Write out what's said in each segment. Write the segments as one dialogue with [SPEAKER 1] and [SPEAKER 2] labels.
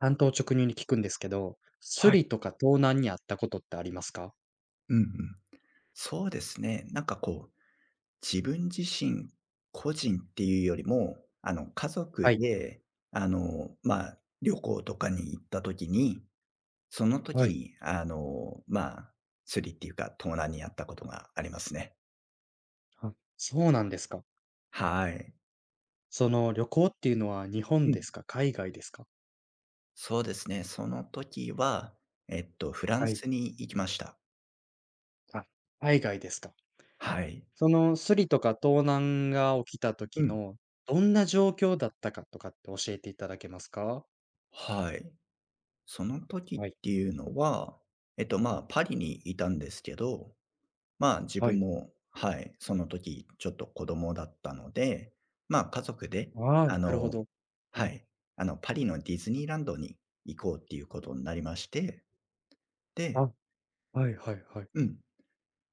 [SPEAKER 1] 単刀直入に聞くんですけど、ス
[SPEAKER 2] はい。
[SPEAKER 1] リとか盗難にあったことってありますか？
[SPEAKER 2] うんうん。そうですね。自分自身、個人っていうよりも、家
[SPEAKER 1] は
[SPEAKER 2] 族
[SPEAKER 1] い、
[SPEAKER 2] で、旅行とかに行った時に、その
[SPEAKER 1] は
[SPEAKER 2] 時
[SPEAKER 1] い、
[SPEAKER 2] に、釣りっていうか、盗難にあったことがありますね。
[SPEAKER 1] はい。そうなんですか。
[SPEAKER 2] はい。
[SPEAKER 1] その、旅行っていうのは日
[SPEAKER 2] う
[SPEAKER 1] 本で
[SPEAKER 2] ん。
[SPEAKER 1] すか？海外ですか？
[SPEAKER 2] そうですね。その時は、フラン
[SPEAKER 1] はい。
[SPEAKER 2] スに行きました。
[SPEAKER 1] あ、海外ですか。
[SPEAKER 2] はい。
[SPEAKER 1] その、スリとか盗難が起きた
[SPEAKER 2] う
[SPEAKER 1] 時
[SPEAKER 2] ん。
[SPEAKER 1] の、どんな状況だったかとかって教えていただけますか？
[SPEAKER 2] はい。その時っ
[SPEAKER 1] はい、
[SPEAKER 2] ていうのは、パリにいたんですけど、自
[SPEAKER 1] は
[SPEAKER 2] 分
[SPEAKER 1] い。
[SPEAKER 2] も、はい、その時ちょっと子供だったので、家族で、
[SPEAKER 1] あ
[SPEAKER 2] あ
[SPEAKER 1] あ、なるほ
[SPEAKER 2] の
[SPEAKER 1] ど。う
[SPEAKER 2] は
[SPEAKER 1] ん。
[SPEAKER 2] い、あの、パリのディズニーランドに行こうっていうことになりまして、で
[SPEAKER 1] あ、はいはいはい。
[SPEAKER 2] うん、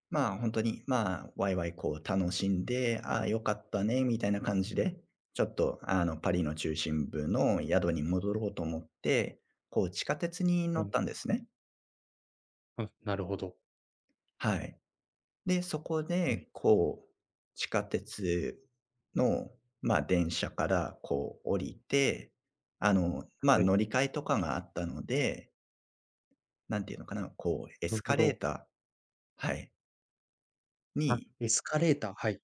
[SPEAKER 2] まあ、本当に、ワイワイ楽しんで、「ああ、良かったね」みたいな感じで、ちょっと、パリの中心部の宿に戻ろうと思って、地下鉄に乗
[SPEAKER 1] う
[SPEAKER 2] っ
[SPEAKER 1] ん、
[SPEAKER 2] たんですね。
[SPEAKER 1] あ、なるほど。
[SPEAKER 2] はい。で、そこ
[SPEAKER 1] は
[SPEAKER 2] で、
[SPEAKER 1] い、
[SPEAKER 2] こう、地下鉄の、まあ、電車から降りて、
[SPEAKER 1] はい、
[SPEAKER 2] 乗り換えとかがあったので、なんていうのかな、エ
[SPEAKER 1] な
[SPEAKER 2] ス
[SPEAKER 1] るほ
[SPEAKER 2] カレー
[SPEAKER 1] ど。
[SPEAKER 2] ター、はい、
[SPEAKER 1] あ、
[SPEAKER 2] に、
[SPEAKER 1] エスカレーター、はい、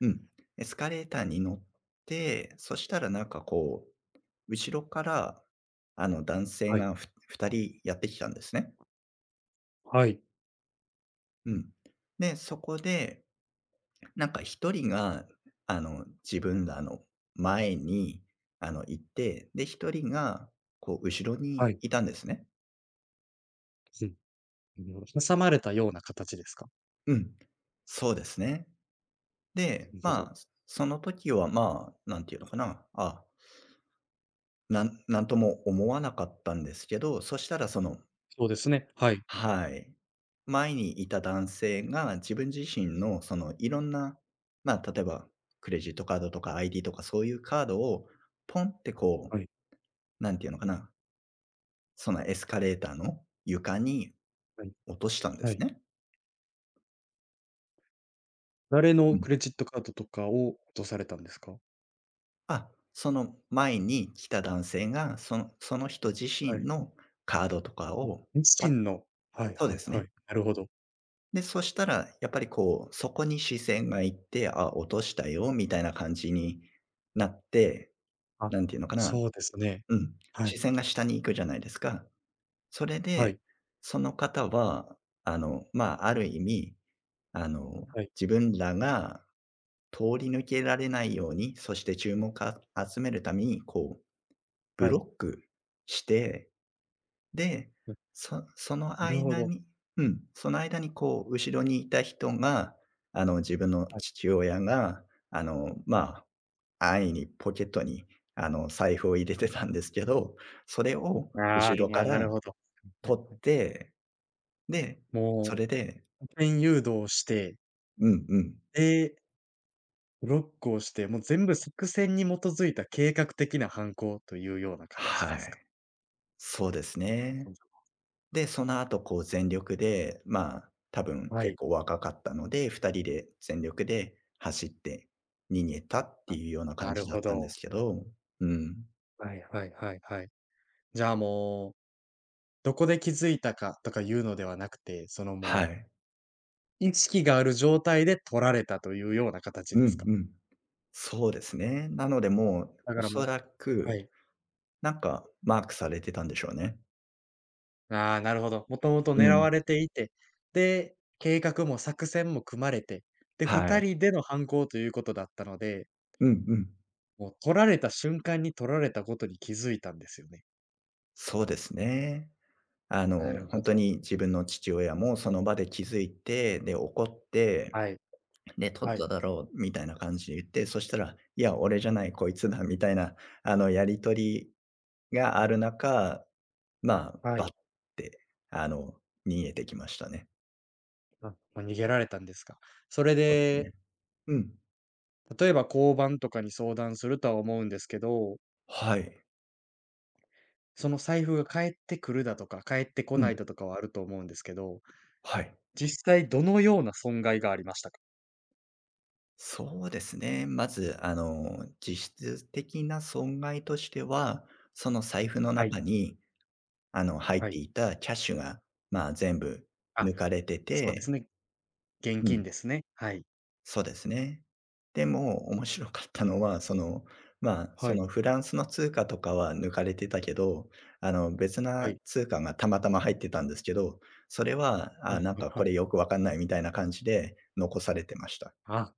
[SPEAKER 2] うん、エスカレーターに乗って、そしたら後ろから、男性
[SPEAKER 1] はい、
[SPEAKER 2] が2人やってきたんですね。
[SPEAKER 1] はい、
[SPEAKER 2] うん。で、そこで一人が、自分らの前に、行って、で、一人が、後ろに
[SPEAKER 1] はい。
[SPEAKER 2] いたんですね。
[SPEAKER 1] うん、うん、挟まれたような形ですか？
[SPEAKER 2] うん。そうですね。
[SPEAKER 1] な
[SPEAKER 2] で、
[SPEAKER 1] るほど。
[SPEAKER 2] その時は、なんていうのかな、あ、なんとも思わなかったんですけど、そしたらその、
[SPEAKER 1] そうですね。はい。
[SPEAKER 2] はい、前にいた男性が自分自身のそのいろんな、例えばクレジットカードとか ID とかそういうカードをポンって
[SPEAKER 1] はい。
[SPEAKER 2] なんていうのかな、そのエスカレーターの床に
[SPEAKER 1] はい。
[SPEAKER 2] 落としたんで
[SPEAKER 1] は
[SPEAKER 2] す
[SPEAKER 1] い。
[SPEAKER 2] ね。
[SPEAKER 1] 誰
[SPEAKER 2] う
[SPEAKER 1] のク
[SPEAKER 2] ん。
[SPEAKER 1] レジットカードとかを落とされたんですか？
[SPEAKER 2] あ、その前に来た男性が、その人自
[SPEAKER 1] は
[SPEAKER 2] 身
[SPEAKER 1] い。
[SPEAKER 2] のカードとかをパ
[SPEAKER 1] 自
[SPEAKER 2] ッ、
[SPEAKER 1] 身の。はい
[SPEAKER 2] そう
[SPEAKER 1] は
[SPEAKER 2] で
[SPEAKER 1] い
[SPEAKER 2] す
[SPEAKER 1] は
[SPEAKER 2] ね。
[SPEAKER 1] い。なるほど。
[SPEAKER 2] で、そしたらやっぱりそこに視線がいって、あ、落としたよみたいな感じになって、
[SPEAKER 1] あ、
[SPEAKER 2] なんていうのかな、
[SPEAKER 1] そうですね。
[SPEAKER 2] うん、
[SPEAKER 1] は
[SPEAKER 2] 視
[SPEAKER 1] い。
[SPEAKER 2] 線が下に行くじゃないですか。それ
[SPEAKER 1] は
[SPEAKER 2] で、
[SPEAKER 1] い。
[SPEAKER 2] その方は、ある意味、あの、
[SPEAKER 1] はい。
[SPEAKER 2] 自分らが通り抜けられないように、そして注目を集めるために、ブ
[SPEAKER 1] はい。
[SPEAKER 2] ロックして、で、
[SPEAKER 1] うん、
[SPEAKER 2] その
[SPEAKER 1] なるほ
[SPEAKER 2] 間
[SPEAKER 1] ど。
[SPEAKER 2] に、うん、その間に後ろにいた人が、自分の
[SPEAKER 1] はい。
[SPEAKER 2] 父親が、あの、まあ、安易にポケットに、財布を入れてたんですけど、それを
[SPEAKER 1] ああ、
[SPEAKER 2] 後ろ
[SPEAKER 1] ま
[SPEAKER 2] か
[SPEAKER 1] あ、な
[SPEAKER 2] ら
[SPEAKER 1] るほど。はい
[SPEAKER 2] 取
[SPEAKER 1] はい。
[SPEAKER 2] って、で、そ
[SPEAKER 1] も
[SPEAKER 2] れで
[SPEAKER 1] う、左遷誘導して、
[SPEAKER 2] うんうん。
[SPEAKER 1] で、ブロックをして、もう全部作戦に基づいた計画的な犯行というような形
[SPEAKER 2] は
[SPEAKER 1] ですか？
[SPEAKER 2] い。そうですね。で、その後全力で、多分
[SPEAKER 1] は
[SPEAKER 2] 結
[SPEAKER 1] い。
[SPEAKER 2] 構若かったので、2人で全力で走って逃げたって
[SPEAKER 1] あ、
[SPEAKER 2] いうような
[SPEAKER 1] な
[SPEAKER 2] 感
[SPEAKER 1] る
[SPEAKER 2] じだっ
[SPEAKER 1] ほ
[SPEAKER 2] たんです
[SPEAKER 1] ど。
[SPEAKER 2] けど、うん。
[SPEAKER 1] はいはいはいはい。じゃあもう、どこで気づいたかとかいうのではなくて、その
[SPEAKER 2] は
[SPEAKER 1] もう、
[SPEAKER 2] い。
[SPEAKER 1] 意識がある状態で取られたというような形
[SPEAKER 2] うん
[SPEAKER 1] ですか？
[SPEAKER 2] うん。そうですね。なのでもう、
[SPEAKER 1] だ
[SPEAKER 2] お
[SPEAKER 1] からも
[SPEAKER 2] そ
[SPEAKER 1] う、
[SPEAKER 2] ら
[SPEAKER 1] は
[SPEAKER 2] く、
[SPEAKER 1] い。
[SPEAKER 2] マークされてたんでしょうね。
[SPEAKER 1] ああ、なるほど。もともと
[SPEAKER 2] う
[SPEAKER 1] 狙
[SPEAKER 2] ん。
[SPEAKER 1] われていて、で、計画も作戦も組まれて、で、
[SPEAKER 2] は
[SPEAKER 1] 2
[SPEAKER 2] い。
[SPEAKER 1] 人での犯行ということだったので、
[SPEAKER 2] うんうん。
[SPEAKER 1] もう取られた瞬間に取られたことに気づいたんですよね。
[SPEAKER 2] そうですね。
[SPEAKER 1] なるほ
[SPEAKER 2] 本当
[SPEAKER 1] ど。
[SPEAKER 2] に自分の父親もその場で気づいて、で、怒って、
[SPEAKER 1] はい、
[SPEAKER 2] で、「取っ
[SPEAKER 1] は
[SPEAKER 2] た
[SPEAKER 1] い、
[SPEAKER 2] だろう」みたいな感じで言って、そしたら、「いや、俺じゃない、こいつだ」みたいな、やり取りがある中、
[SPEAKER 1] は
[SPEAKER 2] バッ
[SPEAKER 1] い。
[SPEAKER 2] て、あの、逃げてきましたね。
[SPEAKER 1] あ、もう逃げられたんですか。それ
[SPEAKER 2] そうです
[SPEAKER 1] で
[SPEAKER 2] ね。うん。
[SPEAKER 1] 例えば交番とかに相談するとは思うんですけど、
[SPEAKER 2] はい。
[SPEAKER 1] その財布が返ってくるだとか、返ってこ
[SPEAKER 2] う
[SPEAKER 1] ない
[SPEAKER 2] ん。
[SPEAKER 1] だとかはあると思うんですけど、
[SPEAKER 2] はい。
[SPEAKER 1] 実際どのような損害がありましたか？
[SPEAKER 2] そうですね。まず、実質的な損害としては、その財布の
[SPEAKER 1] はい、
[SPEAKER 2] 中に、入っ
[SPEAKER 1] は
[SPEAKER 2] て
[SPEAKER 1] い。
[SPEAKER 2] いたキャッシュが、全部
[SPEAKER 1] あ、
[SPEAKER 2] 抜かれて
[SPEAKER 1] そうです
[SPEAKER 2] て、
[SPEAKER 1] ね。現
[SPEAKER 2] う
[SPEAKER 1] 金
[SPEAKER 2] ん。
[SPEAKER 1] ですね。はい。
[SPEAKER 2] そうですね。でも、面白かったのは、その、
[SPEAKER 1] は
[SPEAKER 2] そ
[SPEAKER 1] い、
[SPEAKER 2] のフランスの通貨とかは抜かれてたけど、別
[SPEAKER 1] は
[SPEAKER 2] な
[SPEAKER 1] い。
[SPEAKER 2] 通貨がたまたま入ってたんですけど、それは、
[SPEAKER 1] は
[SPEAKER 2] あ、
[SPEAKER 1] いはい
[SPEAKER 2] こ
[SPEAKER 1] はい。
[SPEAKER 2] れよくわかんないみたいな感じで残されてました。
[SPEAKER 1] あ、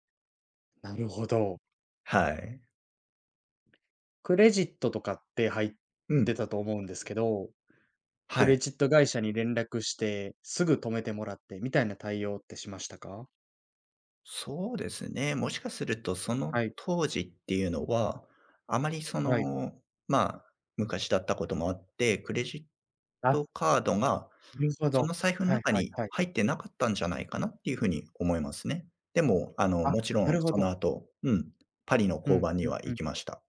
[SPEAKER 1] なるほど。
[SPEAKER 2] はい。
[SPEAKER 1] クレジットとかって入っ
[SPEAKER 2] う
[SPEAKER 1] て
[SPEAKER 2] ん。
[SPEAKER 1] たと思うんですけど、ク
[SPEAKER 2] はい。
[SPEAKER 1] レジット会社に連絡して、すぐ止めてもらってみたいな対応ってしましたか？
[SPEAKER 2] そうですね。もしかするとその
[SPEAKER 1] はい、
[SPEAKER 2] 当時っていうのは、あまりそ
[SPEAKER 1] はい。
[SPEAKER 2] の、昔だったこともあって、クレジッ
[SPEAKER 1] あ、
[SPEAKER 2] トカードが、
[SPEAKER 1] なるほ
[SPEAKER 2] そ
[SPEAKER 1] ど。
[SPEAKER 2] の財布の
[SPEAKER 1] はい
[SPEAKER 2] 中
[SPEAKER 1] はい
[SPEAKER 2] に
[SPEAKER 1] はい。
[SPEAKER 2] 入ってなかったんじゃないかなっていうふうに思いますね。でも、
[SPEAKER 1] あ、
[SPEAKER 2] もちろ
[SPEAKER 1] な
[SPEAKER 2] ん
[SPEAKER 1] るほ
[SPEAKER 2] そ
[SPEAKER 1] ど。
[SPEAKER 2] の後、うん、パリの
[SPEAKER 1] う
[SPEAKER 2] 交
[SPEAKER 1] ん、
[SPEAKER 2] 番に
[SPEAKER 1] うん、
[SPEAKER 2] は
[SPEAKER 1] う
[SPEAKER 2] 行
[SPEAKER 1] ん。
[SPEAKER 2] きました。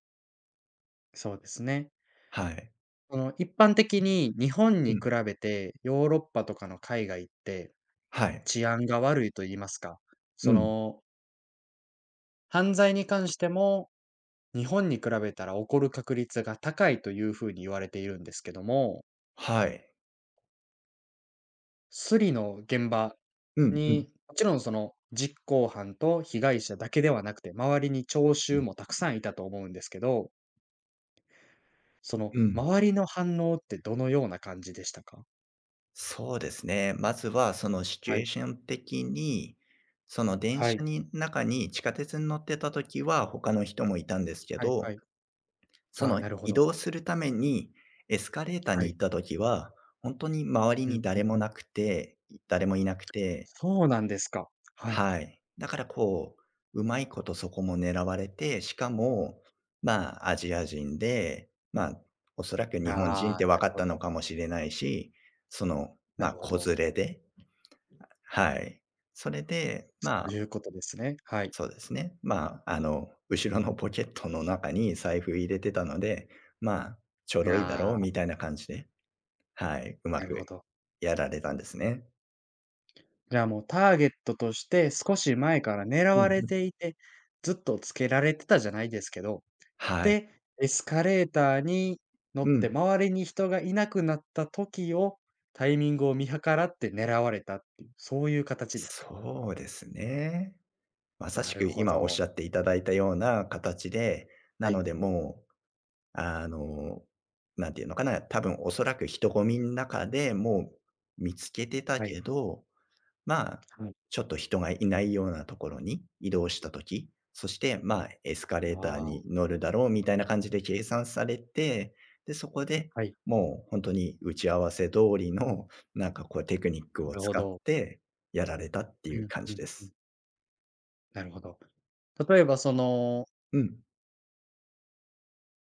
[SPEAKER 1] そうですね。
[SPEAKER 2] はい。
[SPEAKER 1] その、一般的に日本
[SPEAKER 2] う
[SPEAKER 1] に比
[SPEAKER 2] ん、
[SPEAKER 1] べて、ヨーロッパとかの海外って、
[SPEAKER 2] はい。
[SPEAKER 1] 治安が悪いと言いますか、
[SPEAKER 2] う
[SPEAKER 1] そ
[SPEAKER 2] ん、
[SPEAKER 1] の、犯罪に関しても、日本に比べたら起こる確率が高いというふうに言われているんですけども、
[SPEAKER 2] はい。
[SPEAKER 1] スリの現場
[SPEAKER 2] うんうん。
[SPEAKER 1] に、もちろんその、実行犯と被害者だけではなくて、周りに聴衆もたくさんいたと思うんですけど、その、
[SPEAKER 2] うん。
[SPEAKER 1] 周りの反応ってどのような感じでしたか？
[SPEAKER 2] そうですね。まずはそのシチュ
[SPEAKER 1] は
[SPEAKER 2] エー
[SPEAKER 1] い。
[SPEAKER 2] ション的に、その電
[SPEAKER 1] は
[SPEAKER 2] 車
[SPEAKER 1] い。
[SPEAKER 2] に中に地下鉄に乗ってた時は他の人もいたんですけ
[SPEAKER 1] はいは
[SPEAKER 2] ど、
[SPEAKER 1] い。
[SPEAKER 2] そ
[SPEAKER 1] ああ、
[SPEAKER 2] の
[SPEAKER 1] なるほ
[SPEAKER 2] 移
[SPEAKER 1] ど。
[SPEAKER 2] 動するためにエスカレーター
[SPEAKER 1] は
[SPEAKER 2] に行っ
[SPEAKER 1] い。
[SPEAKER 2] た時は、本当に周り
[SPEAKER 1] うん
[SPEAKER 2] に
[SPEAKER 1] うん
[SPEAKER 2] 誰も
[SPEAKER 1] うん。
[SPEAKER 2] なくて、誰もいなくて、
[SPEAKER 1] そうなんですか。はい。
[SPEAKER 2] はい。だからうまいことそこも狙われて、しかも、アジア人で、おそらく日本人っ
[SPEAKER 1] ああ、
[SPEAKER 2] て
[SPEAKER 1] な
[SPEAKER 2] 分か
[SPEAKER 1] る
[SPEAKER 2] っ
[SPEAKER 1] ほ
[SPEAKER 2] たの
[SPEAKER 1] ど。
[SPEAKER 2] かもしれないし、その、
[SPEAKER 1] なるほ
[SPEAKER 2] 子
[SPEAKER 1] ど。
[SPEAKER 2] 連れで、はい。それで、
[SPEAKER 1] そういうことですね。はい。
[SPEAKER 2] そうですね。後ろのポケットの中に財布入れてたので、まあ、ちょろいだろ
[SPEAKER 1] あ
[SPEAKER 2] う
[SPEAKER 1] あ、
[SPEAKER 2] みたいな感じで、はい、うま
[SPEAKER 1] なるほ
[SPEAKER 2] く
[SPEAKER 1] ど。
[SPEAKER 2] やられたんですね。
[SPEAKER 1] じゃあ、もうターゲットとして少し前から狙
[SPEAKER 2] うんう
[SPEAKER 1] われ
[SPEAKER 2] ん。
[SPEAKER 1] ていて、ずっとつけられてたじゃないですけど、
[SPEAKER 2] はい。
[SPEAKER 1] で、エスカレーターに乗
[SPEAKER 2] う
[SPEAKER 1] って
[SPEAKER 2] ん。
[SPEAKER 1] 周りに人がいなくなった時を、タイミングを見計らって狙われたっていう、そういう形ですか？
[SPEAKER 2] そうですね。まさ
[SPEAKER 1] な
[SPEAKER 2] しく
[SPEAKER 1] るほ
[SPEAKER 2] 今おっし
[SPEAKER 1] ど。
[SPEAKER 2] ゃっていただいたような形で、
[SPEAKER 1] は
[SPEAKER 2] な
[SPEAKER 1] い、
[SPEAKER 2] のでもう、あの、なんていうのかな、多分おそらく人混みの中でも見つけてた
[SPEAKER 1] はい、
[SPEAKER 2] けど、まあ、
[SPEAKER 1] はい。
[SPEAKER 2] ちょっと人がいないようなところに移動したとき、そして、エスカレーター
[SPEAKER 1] あ
[SPEAKER 2] に
[SPEAKER 1] あ。
[SPEAKER 2] 乗るだろうみたいな感じで計算されて、で、そこで
[SPEAKER 1] はい、
[SPEAKER 2] もう本当に打ち合わせ通りの、こうテクニック
[SPEAKER 1] な
[SPEAKER 2] を
[SPEAKER 1] るほ
[SPEAKER 2] 使っ
[SPEAKER 1] ど。
[SPEAKER 2] てやられたってい
[SPEAKER 1] うん
[SPEAKER 2] う感じ
[SPEAKER 1] うん
[SPEAKER 2] で
[SPEAKER 1] うん。
[SPEAKER 2] す。
[SPEAKER 1] なるほど。例えばその、
[SPEAKER 2] うん。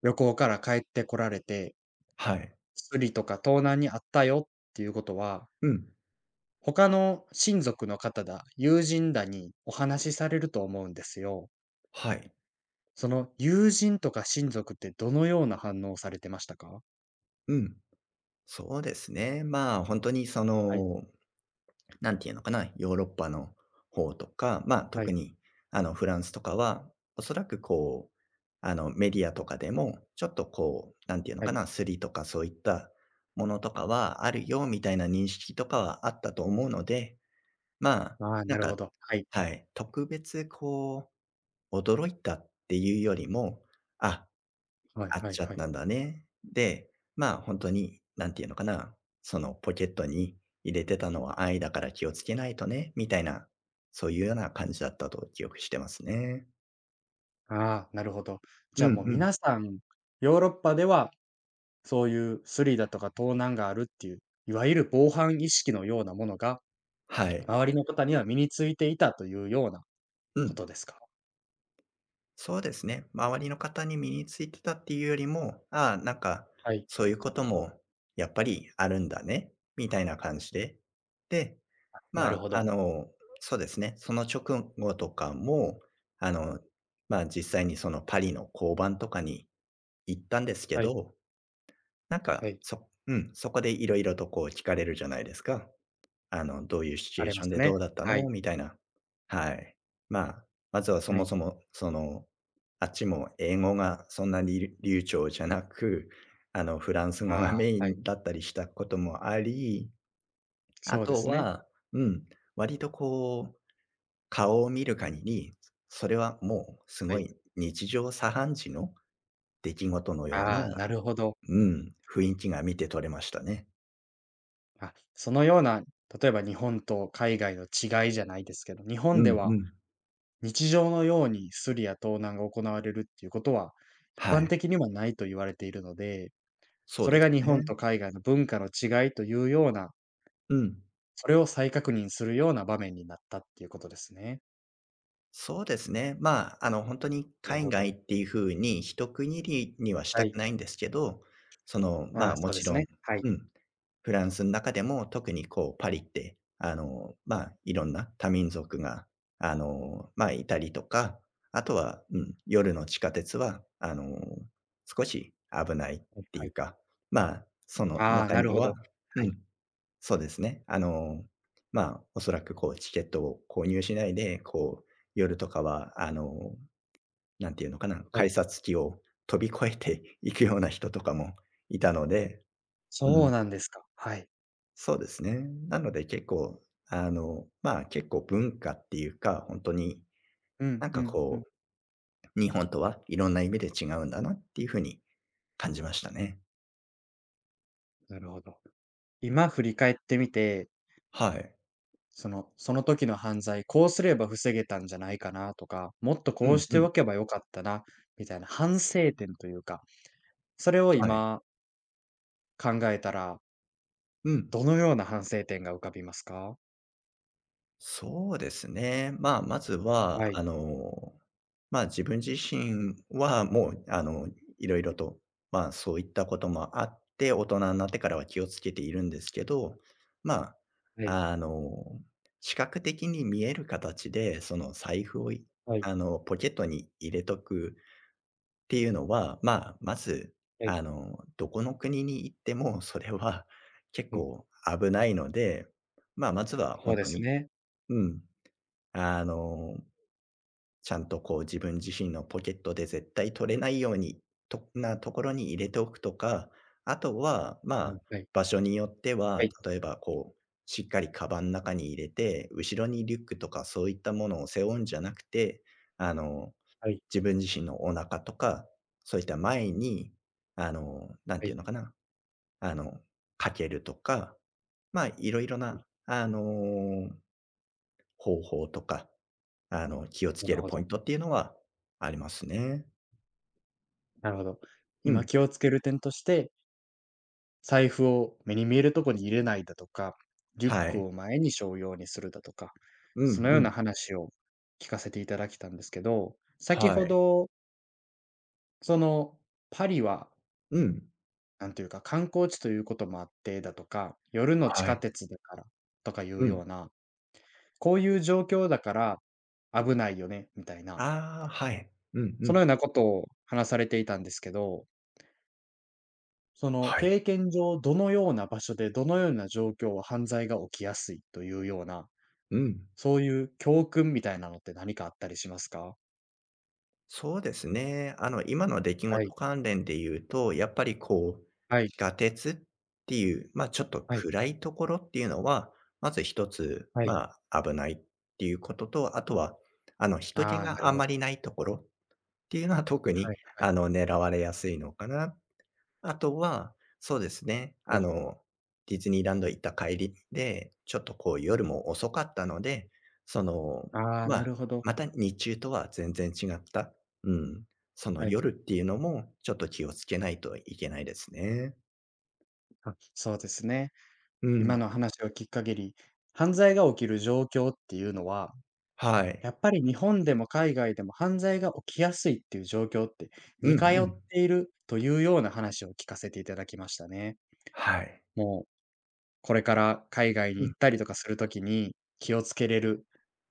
[SPEAKER 1] 旅行から帰ってこられて、
[SPEAKER 2] はい。
[SPEAKER 1] スリとか盗難にあったよっていうことは、
[SPEAKER 2] うん。
[SPEAKER 1] 他の親族の方だ、友人だにお話しされると思うんですよ。
[SPEAKER 2] はい。
[SPEAKER 1] その友人とか親族ってどのような反応をされてましたか？
[SPEAKER 2] うん。そうですね。本当にそ
[SPEAKER 1] はい、
[SPEAKER 2] のなんていうのかな、ヨーロッパの方とか、
[SPEAKER 1] は
[SPEAKER 2] 特
[SPEAKER 1] い、
[SPEAKER 2] にあのフランスとかは、おそらくあのメディアとかでも、ちょっとなんていうの
[SPEAKER 1] は
[SPEAKER 2] か
[SPEAKER 1] い。
[SPEAKER 2] な、スリとかそういったものとかはあるよみたいな認識とかはあったと思うので、まあ、
[SPEAKER 1] ああ、
[SPEAKER 2] な
[SPEAKER 1] な
[SPEAKER 2] ん
[SPEAKER 1] る
[SPEAKER 2] か、
[SPEAKER 1] ほど。はい、
[SPEAKER 2] はい、特別驚いたっていうよりも、あ、
[SPEAKER 1] はい
[SPEAKER 2] 買っ
[SPEAKER 1] はい
[SPEAKER 2] ちゃっ
[SPEAKER 1] はい。
[SPEAKER 2] たんだね。で、本当になんていうのかな、そのポケットに入れてたのは愛だから気をつけないとね、みたいな、そういうような感じだったと記憶してますね。
[SPEAKER 1] ああ、なるほど。
[SPEAKER 2] う
[SPEAKER 1] じゃあ
[SPEAKER 2] ん
[SPEAKER 1] もう
[SPEAKER 2] うん。
[SPEAKER 1] 皆さん、ヨーロッパではそういうスリだとか盗難があるっていう、いわゆる防犯意識のようなものが、
[SPEAKER 2] はい。
[SPEAKER 1] 周りの方には身についていたというような
[SPEAKER 2] う
[SPEAKER 1] こ
[SPEAKER 2] ん。
[SPEAKER 1] とですか？
[SPEAKER 2] そうですね。周りの方に身についてたっていうよりも、ああ、
[SPEAKER 1] はい。
[SPEAKER 2] そういうこともやっぱりあるんだね、みたいな感じで。で、
[SPEAKER 1] な
[SPEAKER 2] ま
[SPEAKER 1] る
[SPEAKER 2] あ、
[SPEAKER 1] ほ
[SPEAKER 2] あ
[SPEAKER 1] ど。
[SPEAKER 2] の、そうですね、その直後とかも、あの、実際にそのパリの交番とかに行ったんですけ
[SPEAKER 1] はい、
[SPEAKER 2] ど、
[SPEAKER 1] はい。
[SPEAKER 2] そこでいろいろと聞かれるじゃないですか。どういうシチ
[SPEAKER 1] あ
[SPEAKER 2] ュエー
[SPEAKER 1] りま
[SPEAKER 2] ション
[SPEAKER 1] す
[SPEAKER 2] でど
[SPEAKER 1] ね。
[SPEAKER 2] うだった
[SPEAKER 1] は
[SPEAKER 2] の？
[SPEAKER 1] い、
[SPEAKER 2] みたいな。はい。まあ、まずはそ
[SPEAKER 1] は
[SPEAKER 2] も
[SPEAKER 1] い。
[SPEAKER 2] そも、その、あっちも英語がそんなに流暢じゃなく、フランス語が
[SPEAKER 1] ああ、
[SPEAKER 2] メイ
[SPEAKER 1] はい。
[SPEAKER 2] ンだったりしたこともあり、あ
[SPEAKER 1] そうで
[SPEAKER 2] と
[SPEAKER 1] すね。
[SPEAKER 2] は、うん、割と顔を見る限り、それはもうす
[SPEAKER 1] は
[SPEAKER 2] ご
[SPEAKER 1] い。
[SPEAKER 2] い日常茶飯事の出来事のよう
[SPEAKER 1] ああ、な
[SPEAKER 2] な、
[SPEAKER 1] るほど。は
[SPEAKER 2] うん、雰
[SPEAKER 1] い。
[SPEAKER 2] 囲気が見て取れましたね。
[SPEAKER 1] あ、そのような、例えば日本と海外の違いじゃないですけど、日
[SPEAKER 2] う
[SPEAKER 1] 本で
[SPEAKER 2] んう
[SPEAKER 1] は
[SPEAKER 2] ん。
[SPEAKER 1] 日常のようにスリや盗難が行われるっていうことは、一
[SPEAKER 2] は
[SPEAKER 1] 般
[SPEAKER 2] い、
[SPEAKER 1] 的にはないと言われているので、
[SPEAKER 2] そう
[SPEAKER 1] そ
[SPEAKER 2] で
[SPEAKER 1] れ
[SPEAKER 2] す
[SPEAKER 1] が日本と
[SPEAKER 2] ね。
[SPEAKER 1] 海外の文化の違いというような、
[SPEAKER 2] うん。
[SPEAKER 1] それを再確認するような場面になったっていうことですね。
[SPEAKER 2] そうですね。本当に
[SPEAKER 1] なる
[SPEAKER 2] 海
[SPEAKER 1] ほ
[SPEAKER 2] 外っ
[SPEAKER 1] ど。
[SPEAKER 2] ていうふうに一区切りにはし
[SPEAKER 1] は
[SPEAKER 2] たく
[SPEAKER 1] い。
[SPEAKER 2] ないんですけど、
[SPEAKER 1] ああ、
[SPEAKER 2] も
[SPEAKER 1] そうで
[SPEAKER 2] ち
[SPEAKER 1] す
[SPEAKER 2] ろ
[SPEAKER 1] ね。
[SPEAKER 2] ん
[SPEAKER 1] はい。
[SPEAKER 2] うん、フランスの中でも特にこうパリって、いろんな多民族が、いたりとか、あとは、うん、夜の地下鉄は、少し危ないっ
[SPEAKER 1] はい
[SPEAKER 2] てい
[SPEAKER 1] は
[SPEAKER 2] う
[SPEAKER 1] い。
[SPEAKER 2] か、まあ、その
[SPEAKER 1] ああ、
[SPEAKER 2] 中
[SPEAKER 1] なる
[SPEAKER 2] に
[SPEAKER 1] ほ
[SPEAKER 2] は
[SPEAKER 1] ど。
[SPEAKER 2] う
[SPEAKER 1] はい。
[SPEAKER 2] ん。そうですね。おそらくこうチケットを購入しないで、こう夜とかは、なんていうのかな、
[SPEAKER 1] は
[SPEAKER 2] 改
[SPEAKER 1] い。
[SPEAKER 2] 札機を飛び越えていくような人とかもいたので、う
[SPEAKER 1] そ
[SPEAKER 2] ん、
[SPEAKER 1] うなんですか。はい。
[SPEAKER 2] そうですね。なので結構、結構文化っていうか、本当に
[SPEAKER 1] う
[SPEAKER 2] な
[SPEAKER 1] ん
[SPEAKER 2] ん
[SPEAKER 1] う
[SPEAKER 2] か
[SPEAKER 1] んう
[SPEAKER 2] こ
[SPEAKER 1] ん。
[SPEAKER 2] 日本とはいろんな意味で違うんだなっていう風に感じましたね。
[SPEAKER 1] なるほど。今振り返ってみて、
[SPEAKER 2] はい。
[SPEAKER 1] そのその時の犯罪、こうすれば防げたんじゃないかなとか、もっと
[SPEAKER 2] う
[SPEAKER 1] こう
[SPEAKER 2] ん
[SPEAKER 1] し
[SPEAKER 2] う
[SPEAKER 1] て
[SPEAKER 2] ん。
[SPEAKER 1] おけばよかったな、みたいな反省点というか、それを
[SPEAKER 2] はい。
[SPEAKER 1] 今考えたら、
[SPEAKER 2] うん。
[SPEAKER 1] どのような反省点が浮かびますか？
[SPEAKER 2] そうですね。まあ、まずは、
[SPEAKER 1] はい、
[SPEAKER 2] あの、まあ、自分自身はもう、いろいろと、まあ、そういったこともあって、大人になってからは気をつけているんですけど、ま
[SPEAKER 1] はい、
[SPEAKER 2] あ、あの、視覚的に見える形で、その財布をい、
[SPEAKER 1] はい、
[SPEAKER 2] あの、ポケットに入れとくっていうのは、まあ、まず、
[SPEAKER 1] はい、
[SPEAKER 2] あの、どこの国に行っても、それは結
[SPEAKER 1] はい、
[SPEAKER 2] 構危ないので、まあ、まずは
[SPEAKER 1] そう
[SPEAKER 2] 本
[SPEAKER 1] で
[SPEAKER 2] 当
[SPEAKER 1] す
[SPEAKER 2] に、
[SPEAKER 1] ね。
[SPEAKER 2] うん。あの、ちゃんとこう自分自身のポケットで絶対取れないようにとなところに入れておくとか、あとは、
[SPEAKER 1] は
[SPEAKER 2] まあ、
[SPEAKER 1] い、はい、
[SPEAKER 2] 場所によって
[SPEAKER 1] は
[SPEAKER 2] は、
[SPEAKER 1] い、
[SPEAKER 2] 例えばこう、しっかりカバンの中に入れて、後ろにリュックとかそういったものを背負うんじゃなくて、あの、
[SPEAKER 1] はい、
[SPEAKER 2] 自分自身のお腹とか、そういった前に、あの、なん
[SPEAKER 1] は
[SPEAKER 2] ていう
[SPEAKER 1] い、
[SPEAKER 2] のかな、あの、かけるとか、まあ、いろいろ
[SPEAKER 1] はい、
[SPEAKER 2] な、あの方法とか、気をつ
[SPEAKER 1] な
[SPEAKER 2] け
[SPEAKER 1] る
[SPEAKER 2] る
[SPEAKER 1] ほ
[SPEAKER 2] ポイ
[SPEAKER 1] ど、
[SPEAKER 2] ントっていうのはありますね。
[SPEAKER 1] なるほど。
[SPEAKER 2] う
[SPEAKER 1] 今
[SPEAKER 2] ん、
[SPEAKER 1] 気をつける点として、財布を目に見えるとこに入れないだとか、リュッ
[SPEAKER 2] はい。
[SPEAKER 1] クを前に背負うようにするだとか、
[SPEAKER 2] う
[SPEAKER 1] そ
[SPEAKER 2] ん
[SPEAKER 1] の
[SPEAKER 2] う
[SPEAKER 1] よう
[SPEAKER 2] ん。
[SPEAKER 1] な話を聞かせていただきたんですけど、先
[SPEAKER 2] は
[SPEAKER 1] ほ
[SPEAKER 2] い。
[SPEAKER 1] ど、その、パリは、
[SPEAKER 2] うん。
[SPEAKER 1] なんというか、観光地ということもあってだとか、夜の地
[SPEAKER 2] は
[SPEAKER 1] 下
[SPEAKER 2] い。
[SPEAKER 1] 鉄だからとかい
[SPEAKER 2] う
[SPEAKER 1] う
[SPEAKER 2] ん。
[SPEAKER 1] ような、こういう状況だから危ないよねみたいな
[SPEAKER 2] ああ、はい。うんう
[SPEAKER 1] そ
[SPEAKER 2] ん。
[SPEAKER 1] のようなことを話されていたんですけど、その
[SPEAKER 2] はい。
[SPEAKER 1] 経験上、どのような場所で、どのような状況は犯罪が起きやすいというような、
[SPEAKER 2] うん。
[SPEAKER 1] そういう教訓みたいなのって何かあったりしますか？
[SPEAKER 2] そうですね。今の出来
[SPEAKER 1] はい、
[SPEAKER 2] 事関連で言うと、やっぱりこう、
[SPEAKER 1] はい、
[SPEAKER 2] 地下鉄っていう、ま、ちょっと
[SPEAKER 1] はい、
[SPEAKER 2] 暗いところっていうのは、まず一つ、
[SPEAKER 1] はい。
[SPEAKER 2] まあ、危ないっていうことと、あとは、人
[SPEAKER 1] あ
[SPEAKER 2] 気
[SPEAKER 1] あ、な
[SPEAKER 2] があ
[SPEAKER 1] る
[SPEAKER 2] ん
[SPEAKER 1] ほ
[SPEAKER 2] まり
[SPEAKER 1] ど。
[SPEAKER 2] ないところっていうのは特
[SPEAKER 1] は
[SPEAKER 2] に、
[SPEAKER 1] いはい
[SPEAKER 2] 狙われやすいのかな。あとは、そうですね、
[SPEAKER 1] は
[SPEAKER 2] あ
[SPEAKER 1] い。
[SPEAKER 2] の、ディズニーランド行った帰りで、ちょっとこう夜も遅かったので、その、
[SPEAKER 1] ああ、
[SPEAKER 2] ま
[SPEAKER 1] な
[SPEAKER 2] あ、
[SPEAKER 1] るほど。
[SPEAKER 2] また日中とは全然違った、うん、その
[SPEAKER 1] はい。
[SPEAKER 2] 夜っていうのもちょっと気をつけないといけないですね。
[SPEAKER 1] あ、そうですね。
[SPEAKER 2] う
[SPEAKER 1] 今
[SPEAKER 2] ん。
[SPEAKER 1] の話を聞く限り、犯罪が起きる状況っていうのは
[SPEAKER 2] は
[SPEAKER 1] や
[SPEAKER 2] い。
[SPEAKER 1] っぱり日本でも海外でも犯罪が起きやすいっていう状況って
[SPEAKER 2] うん
[SPEAKER 1] 似
[SPEAKER 2] う
[SPEAKER 1] 通っ
[SPEAKER 2] ん。
[SPEAKER 1] ているというような話を聞かせていただきましたね。
[SPEAKER 2] はい。
[SPEAKER 1] もうこれから海外に
[SPEAKER 2] うん、
[SPEAKER 1] 行ったりとかするときに気をつけれる、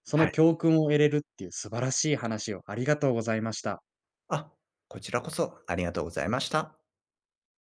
[SPEAKER 1] そ
[SPEAKER 2] は
[SPEAKER 1] の
[SPEAKER 2] い。
[SPEAKER 1] 教訓を得れるっていう素晴らしい話をありがとうございました。
[SPEAKER 2] あ、こちらこそありがとうございました。